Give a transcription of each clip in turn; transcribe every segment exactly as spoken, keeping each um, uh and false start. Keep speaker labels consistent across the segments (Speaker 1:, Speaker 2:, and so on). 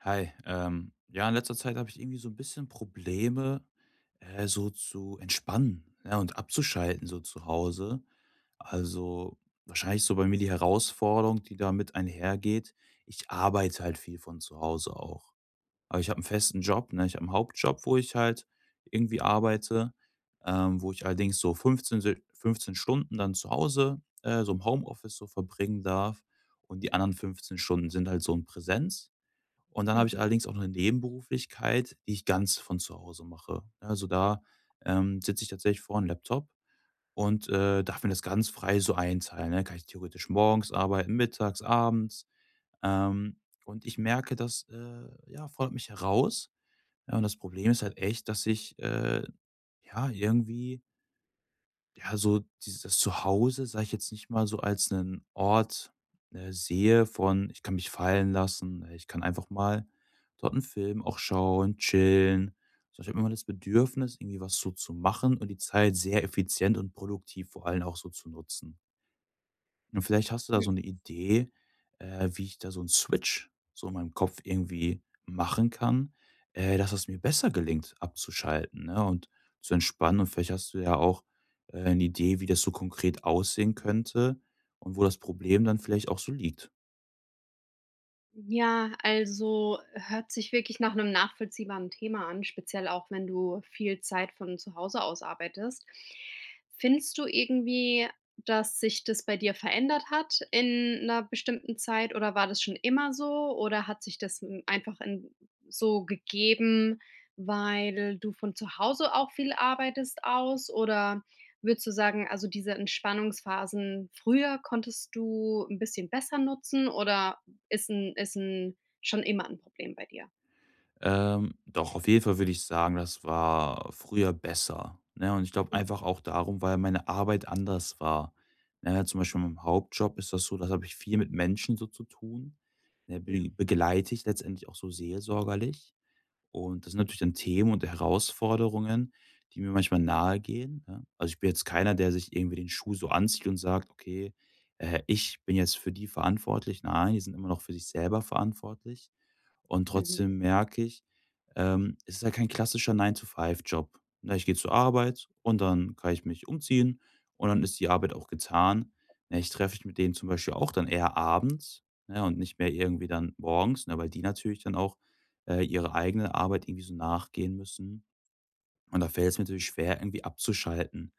Speaker 1: Hi, ähm, ja, in letzter Zeit habe ich irgendwie so ein bisschen Probleme, äh, so zu entspannen, ja, und abzuschalten so zu Hause. Also, wahrscheinlich so bei mir die Herausforderung, die damit einhergeht, ich arbeite halt viel von zu Hause auch. Aber ich habe einen festen Job, ne? Ich habe einen Hauptjob, wo ich halt irgendwie arbeite, ähm, wo ich allerdings so fünfzehn si fünfzehn Stunden dann zu Hause, äh, so im Homeoffice so verbringen darf und die anderen fünfzehn Stunden sind halt so in Präsenz. Und dann habe ich
Speaker 2: Mhm.
Speaker 1: allerdings auch noch eine Nebenberuflichkeit, die ich ganz von zu Hause mache. Also, da, ähm, sitze ich tatsächlich vor einem Laptop und, äh, darf mir das ganz frei so einteilen, ne? Kann ich theoretisch morgens arbeiten, mittags, abends. Ähm, und ich merke, das, äh, ja, fordert mich heraus. Ja, und das Problem ist halt echt, dass ich, äh, ja, irgendwie ja, so dieses Zuhause, sage ich jetzt nicht mal so als einen Ort, äh, sehe von: „Ich kann mich fallen lassen, ne, ich kann einfach mal dort einen Film auch schauen, chillen.“ So, ich habe immer das Bedürfnis, irgendwie was so zu machen und die Zeit sehr effizient und produktiv vor allem auch so zu nutzen. Und vielleicht hast du da
Speaker 2: Mhm.
Speaker 1: so eine Idee, äh, wie ich da so einen Switch so in meinem Kopf irgendwie machen kann, äh, dass es mir besser gelingt, abzuschalten, ne, und zu entspannen. Und vielleicht hast du ja auch, äh, 'ne Idee, wie das so konkret aussehen könnte und wo das Problem dann vielleicht auch so liegt.
Speaker 2: Ja, also hört sich wirklich nach einem nachvollziehbaren Thema an, speziell auch, wenn du viel Zeit von zu Hause aus arbeitest. Findest du irgendwie, dass sich das bei dir verändert hat in einer bestimmten Zeit oder war das schon immer so oder hat sich das, hm, einfach in so gegeben, weil du von zu Hause auch viel arbeitest aus oder würdest du sagen, also, diese Entspannungsphasen früher konntest du ein bisschen besser nutzen oder ist ein ist ein schon immer ein Problem bei dir?
Speaker 1: Ähm, doch, auf jeden Fall würde ich sagen, das war früher besser, ne? Und ich glaube
Speaker 2: Mhm.
Speaker 1: einfach auch darum, weil meine Arbeit anders war. Ne, zum Beispiel meinem Hauptjob ist das so, das habe ich viel mit Menschen so zu tun. Ne,
Speaker 2: Ja.
Speaker 1: be begleite ich letztendlich auch so seelsorgerlich. Und das sind natürlich dann Themen und Herausforderungen, die mir manchmal nahegehen, ne? Also, ich bin jetzt keiner, der sich irgendwie den Schuh so anzieht und sagt: „Okay, äh, ich bin jetzt für die verantwortlich.“ Nein, die sind immer noch für sich selber verantwortlich. Und
Speaker 2: Mhm.
Speaker 1: trotzdem merke ich, ähm, es ist ja kein klassischer nine to five job. Ne, ich gehe zur Arbeit und dann kann ich mich umziehen und dann ist die Arbeit auch getan. Ne, ich treffe mich mit denen zum Beispiel auch dann eher abends, ne, und nicht mehr irgendwie dann morgens, ne, weil die natürlich dann auch, äh, ihrer eigenen Arbeit irgendwie so nachgehen müssen. Und da fällt es mir natürlich schwer, irgendwie abzuschalten,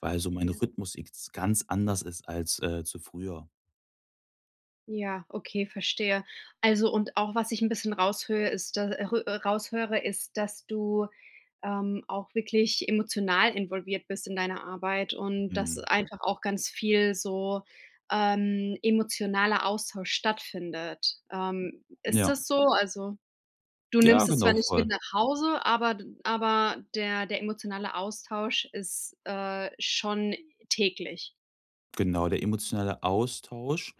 Speaker 1: weil so mein
Speaker 2: Ja.
Speaker 1: Rhythmus jetzt ganz anders ist als, äh, zu früher.
Speaker 2: Ja, okay, verstehe. Also, und auch was ich ein bisschen raushöre, ist da rö äh, raushöre, ist, dass du, ähm, auch wirklich emotional involviert bist in deiner Arbeit und dass
Speaker 1: Mhm.
Speaker 2: einfach auch ganz viel so, ähm, emotionaler Austausch stattfindet. Ähm, ist
Speaker 1: Ja.
Speaker 2: das so? Also, du
Speaker 1: Ja,
Speaker 2: nimmst es zwar
Speaker 1: genau,
Speaker 2: nicht mit
Speaker 1: voll.
Speaker 2: nach Hause, aber d aber der der emotionale Austausch ist, äh, schon täglich.
Speaker 1: Genau, der emotionale Austausch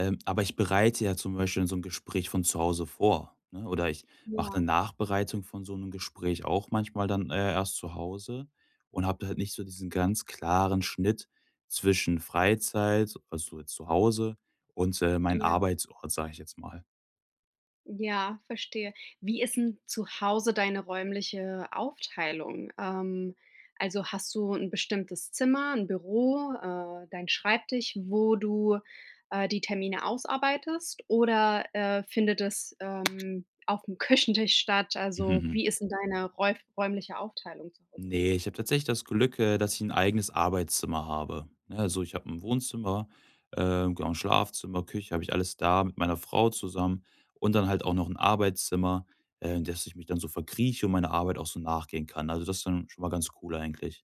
Speaker 1: Ähm, Aber ich bereite ja zum Beispiel so ein Gespräch von zu Hause vor, ne? Oder ich mache eine
Speaker 2: Ja,
Speaker 1: Nachbereitung von so einem Gespräch auch manchmal dann, äh, erst zu Hause und habe halt nicht so diesen ganz klaren Schnitt zwischen Freizeit, also jetzt zu Hause und, äh, mein
Speaker 2: ja,
Speaker 1: Arbeitsort, sage ich jetzt mal.
Speaker 2: ja, verstehe. Wie ist 'n zu Hause deine räumliche Aufteilung? Ähm, also, hast du ein bestimmtes Zimmer, ein Büro, äh, deinen Schreibtisch, wo du, äh, die Termine ausarbeitest oder, äh, findet es, ähm, auf dem Küchentisch statt? Also, wie ist 'n deine räuf räumliche Aufteilung zu Hause?
Speaker 1: Nee, ich habe tatsächlich das Glück, äh, dass ich ein eigenes Arbeitszimmer habe, ne? Also, ich habe ein Wohnzimmer, ähm, genau, ein Schlafzimmer, Küche, habe ich alles da mit meiner Frau zusammen und dann halt auch noch ein Arbeitszimmer, äh, in das ich mich dann so verkrieche und meine Arbeit auch so nachgehen kann. Also, das ist dann schon mal ganz cool eigentlich.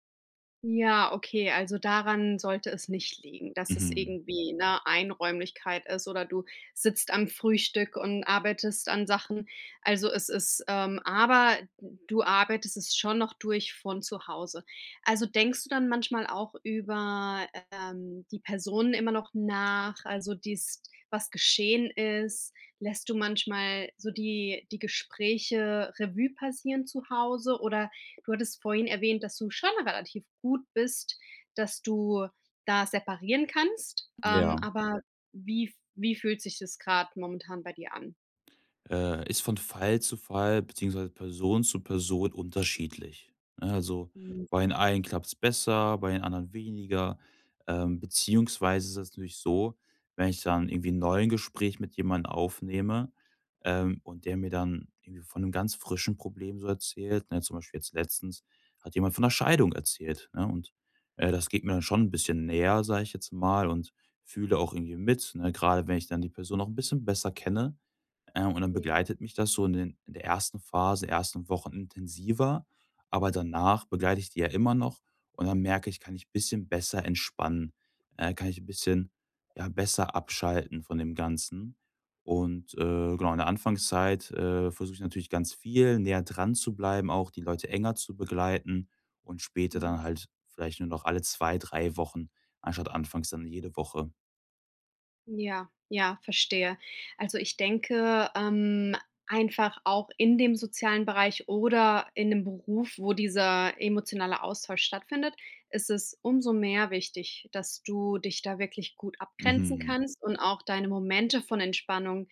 Speaker 2: Ja, okay, also daran sollte es nicht liegen, dass es
Speaker 1: Mhm.
Speaker 2: irgendwie eine Einräumlichkeit ist oder du sitzt am Frühstück und arbeitest an Sachen. Also, es ist ähm, aber du arbeitest es schon noch durch von zu Hause. Also, denkst du dann manchmal auch über, ähm, die Personen immer noch nach, also dies was geschehen ist? Lässt du manchmal so die die Gespräche Revue passieren zu Hause oder du hattest vorhin erwähnt, dass du schon relativ gut bist, dass du da separieren kannst, ähm,
Speaker 1: Ja.
Speaker 2: aber wie wie fühlt sich das gerade momentan bei dir an?
Speaker 1: Äh, ist von Fall zu Fall beziehungsweise Person zu Person unterschiedlich. Ne, also,
Speaker 2: Mhm.
Speaker 1: bei den einen klappt es besser, bei den anderen weniger. Ähm, beziehungsweise ist es natürlich so, wenn ich dann irgendwie ein neues Gespräch mit jemandem aufnehme, ähm, und der mir dann irgendwie von einem ganz frischen Problem so erzählt, ne? Zum Beispiel jetzt letztens hat jemand von einer Scheidung erzählt, ne? Und, äh, das geht mir dann schon ein bisschen näher, sage ich jetzt mal, und fühle auch irgendwie mit, ne? Gerade wenn ich dann die Person noch ein bisschen besser kenne. Äh, und dann
Speaker 2: Ja,
Speaker 1: begleitet mich das so in den in der ersten Phase, ersten Wochen intensiver, aber danach begleite ich die ja immer noch und dann merke ich, kann ich ein bisschen besser entspannen, äh, kann ich 'n bisschen, ja, besser abschalten von dem Ganzen. Und, äh, genau, in der Anfangszeit, äh, versuche ich natürlich ganz viel näher dran zu bleiben, auch die Leute enger zu begleiten und später dann
Speaker 2: ja.
Speaker 1: halt vielleicht nur noch alle zwei drei Wochen anstatt anfangs dann jede Woche.
Speaker 2: Ja, ja, verstehe. Also, ich denke, ähm, einfach auch in dem sozialen Bereich oder in dem Beruf, wo dieser emotionale Austausch stattfindet, ist es umso mehr wichtig, dass du dich da wirklich gut abgrenzen
Speaker 1: Mhm.
Speaker 2: kannst und auch deine Momente von Entspannung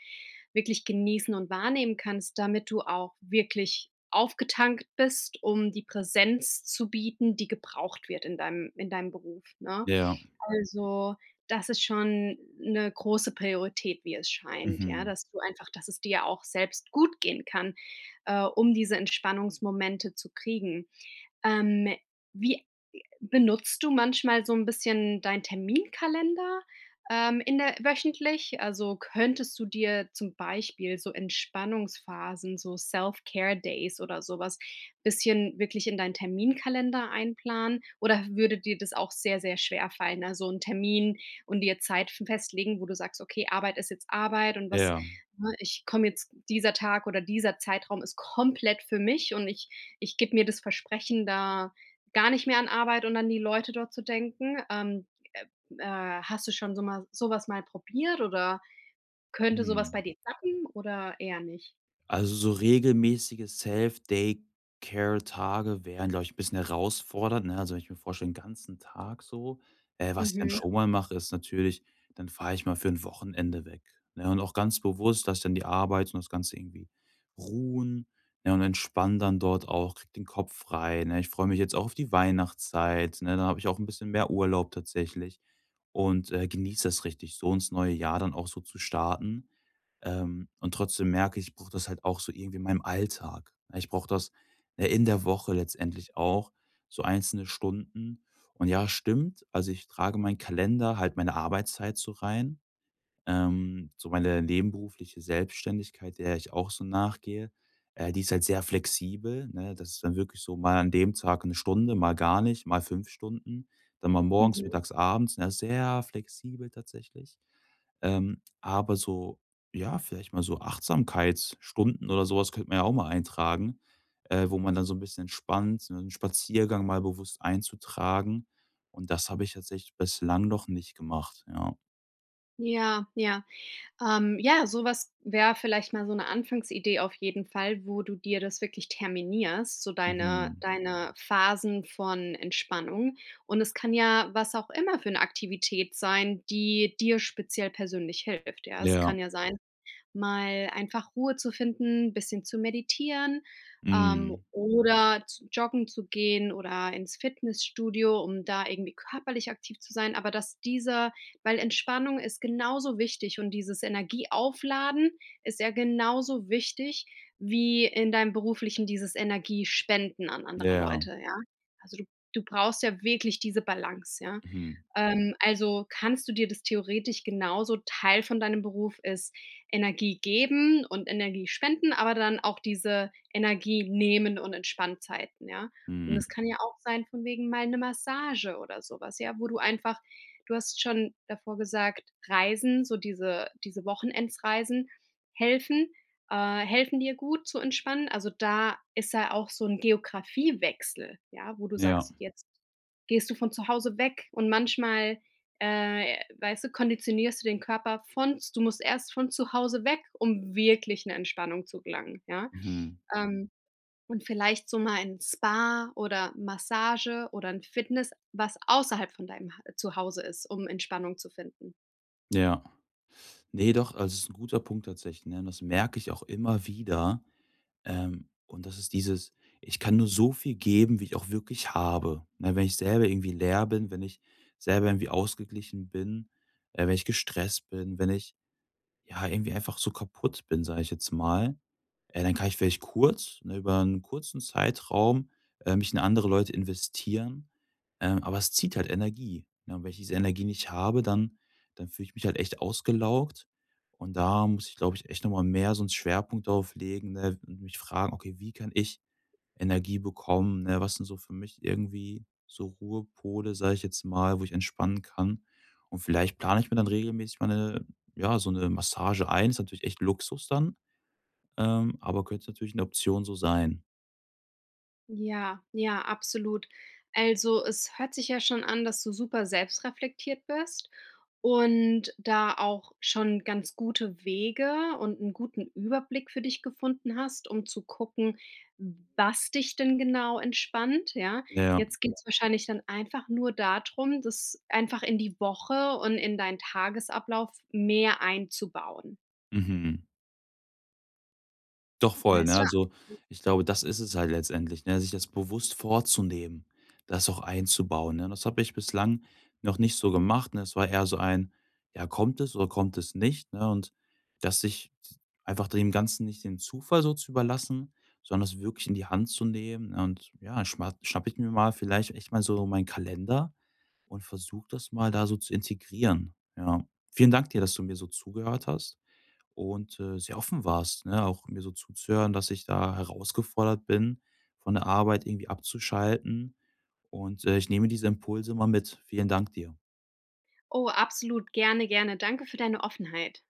Speaker 2: wirklich genießen und wahrnehmen kannst, damit du auch wirklich aufgetankt bist, um die Präsenz zu bieten, die gebraucht wird in deinem in deinem Beruf, ne?
Speaker 1: Ja.
Speaker 2: Also, das ist schon 'ne große Priorität, wie es scheint, ja,
Speaker 1: Mhm.
Speaker 2: dass du einfach dass es dir auch selbst gut gehen kann, äh, um diese Entspannungsmomente zu kriegen. Ähm, wie Benutzt du manchmal so ein bisschen deinen Terminkalender, ähm, in der wöchentlich? Also, könntest du dir zum Beispiel so Entspannungsphasen, so Self-Care-Days oder sowas bisschen wirklich in deinen Terminkalender einplanen? Oder würde dir das auch sehr, sehr schwer fallen, also einen Termin und dir Zeit festlegen, wo du sagst: „Okay, Arbeit ist jetzt Arbeit und was
Speaker 1: Ja.
Speaker 2: ne, ich komme jetzt dieser Tag oder dieser Zeitraum ist komplett für mich und ich ich gebe mir das Versprechen, da gar nicht mehr an Arbeit und an die Leute dort zu denken. Ähm, äh, äh, hast du schon so mal sowas mal probiert oder könnte sowas
Speaker 1: Mhm.
Speaker 2: bei dir klappen oder eher nicht?
Speaker 1: Also, so regelmäßige Self-Day-Care-Tage wären, glaube ich, ein bisschen herausfordernd, ne? Also, wenn ich mir vorstelle, den ganzen Tag so. Äh, was ich dann
Speaker 2: Mhm,
Speaker 1: schon mal mache, ist natürlich, dann fahre ich mal für ein Wochenende weg, ne? Und auch ganz bewusst, dass ich dann die Arbeit und das Ganze irgendwie ruhen, ne, und entspanne dann dort auch, kriege den Kopf frei, ne? Ich freue mich jetzt auch auf die Weihnachtszeit, ne? Dann habe ich auch ein bisschen mehr Urlaub tatsächlich und, äh, genieße das richtig, so ins neue Jahr dann auch so zu starten. Ähm, und trotzdem merke ich, ich brauche das halt auch so irgendwie in meinem Alltag. Ja, Ich brauche das äh, in der Woche letztendlich auch, so einzelne Stunden. Und ja, stimmt. Also ich trage meinen Kalender, halt meine Arbeitszeit so rein. Ähm, so meine nebenberufliche Selbstständigkeit, der ich auch so nachgehe, äh, die ist halt sehr flexibel, ne? Das ist dann wirklich so mal an dem Tag eine Stunde, mal gar nicht, mal fünf Stunden, dann mal morgens,
Speaker 2: mhm.
Speaker 1: mittags, abends, ne? Sehr flexibel tatsächlich. Ähm, aber so, ja, vielleicht mal so Achtsamkeitsstunden oder sowas könnte man ja auch mal eintragen, äh, wo man dann so ein bisschen entspannt so einen Spaziergang mal bewusst einzutragen. Und das habe ich tatsächlich bislang noch nicht gemacht, ja.
Speaker 2: Ja, ja. Ähm, ja, sowas wäre vielleicht mal so eine Anfangsidee auf jeden Fall, wo du dir das wirklich terminierst, so deine
Speaker 1: Mhm.
Speaker 2: deine Phasen von Entspannung. Und es kann ja was auch immer für eine Aktivität sein, die dir speziell persönlich hilft, ja. Es
Speaker 1: Ja,
Speaker 2: kann ja sein mal einfach Ruhe zu finden, ein bisschen zu meditieren, ähm,
Speaker 1: mhm.
Speaker 2: oder zu joggen zu gehen oder ins Fitnessstudio, um da irgendwie körperlich aktiv zu sein. Aber dass dieser weil Entspannung ist genauso wichtig und dieses Energieaufladen ist ja genauso wichtig wie in deinem Beruflichen dieses Energiespenden an
Speaker 1: Ja,
Speaker 2: andere
Speaker 1: ja.
Speaker 2: Leute, ja? Also, du du brauchst ja wirklich diese Balance, ja?
Speaker 1: Mhm,
Speaker 2: Ähm, also, kannst du dir das theoretisch genauso Teil von deinem Beruf ist Energie geben und Energie spenden, aber dann auch diese Energie nehmen und Entspanntheiten, ja? Und
Speaker 1: mhm.
Speaker 2: das kann ja auch sein von wegen mal 'ne Massage oder so was, ja, wo du einfach du hast schon davor gesagt, Reisen, so diese diese Wochenendsreisen helfen äh, helfen dir gut zu entspannen. Also, da ist ja auch so 'n Geografiewechsel, ja, wo du
Speaker 1: Ja,
Speaker 2: sagst, jetzt gehst du von zu Hause weg und manchmal äh, weißt du, konditionierst du den Körper von du musst erst von zu Hause weg, um wirklich 'ne Entspannung zu gelangen, ja?
Speaker 1: mhm.
Speaker 2: Ähm, und vielleicht so mal ein Spa oder Massage oder ein Fitness, was außerhalb von deinem Ha Zuhause ist, um Entspannung zu finden.
Speaker 1: Ja. Ne, doch, also, ist 'n guter Punkt tatsächlich, ne? Und das merke ich auch immer wieder, ähm, und das ist dieses: Ich kann nur so viel geben, wie ich auch wirklich habe, ne? Wenn ich selber irgendwie leer bin, wenn ich selber irgendwie ausgeglichen bin, äh, wenn ich gestresst bin, wenn ich ja, irgendwie einfach so kaputt bin, sage ich jetzt mal, äh, dann kann ich vielleicht kurz, ne, über einen kurzen Zeitraum, äh, mich in andere Leute investieren, ähm, aber es zieht halt Energie, ne? Und wenn ich diese Energie nicht habe, dann dann fühle ich mich halt echt ausgelaugt und da muss ich, glaube ich, echt noch mal mehr so 'n Schwerpunkt darauf legen, ne, und mich fragen: „Okay, wie kann ich Energie bekommen, ne? Was sind so für mich irgendwie so Ruhepole, sage ich jetzt mal, wo ich entspannen kann. Und vielleicht plane ich mir dann regelmäßig mal 'ne ja, so eine Massage ein. Ist natürlich echt Luxus dann, ähm, aber könnte natürlich eine Option so sein.
Speaker 2: Ja, ja, absolut. Also, es hört sich ja schon an, dass du super selbstreflektiert bist und da auch schon ganz gute Wege und einen guten Überblick für dich gefunden hast, um zu gucken, was dich denn genau entspannt, ja?
Speaker 1: Ja.
Speaker 2: Jetzt geht es wahrscheinlich dann einfach nur darum, das einfach in die Woche und in deinen Tagesablauf mehr einzubauen,
Speaker 1: Mhm. Doch voll, ne?
Speaker 2: weißt du? Ja.
Speaker 1: Also, ich glaube, das ist es halt letztendlich, ne, sich das bewusst vorzunehmen, das auch einzubauen, ne? Das habe ich bislang noch nicht so gemacht, ne? Es war eher so ein: „Ja, kommt es oder kommt es nicht“, ne? Und dass sich einfach dem Ganzen nicht den Zufall so zu überlassen, sondern es wirklich in die Hand zu nehmen, ne? Und ja, schma schnappe ich mir mal vielleicht echt mal so meinen Kalender und versuche das mal da so zu integrieren, ja. Vielen Dank dir, dass du mir so zugehört hast und, äh, sehr offen warst, ne? Auch mir so zuzuhören, dass ich da herausgefordert bin, von der Arbeit irgendwie abzuschalten und, äh, ich nehme diese Impulse mal mit. Vielen Dank dir.
Speaker 2: Oh, absolut, gerne, gerne. Danke für deine Offenheit.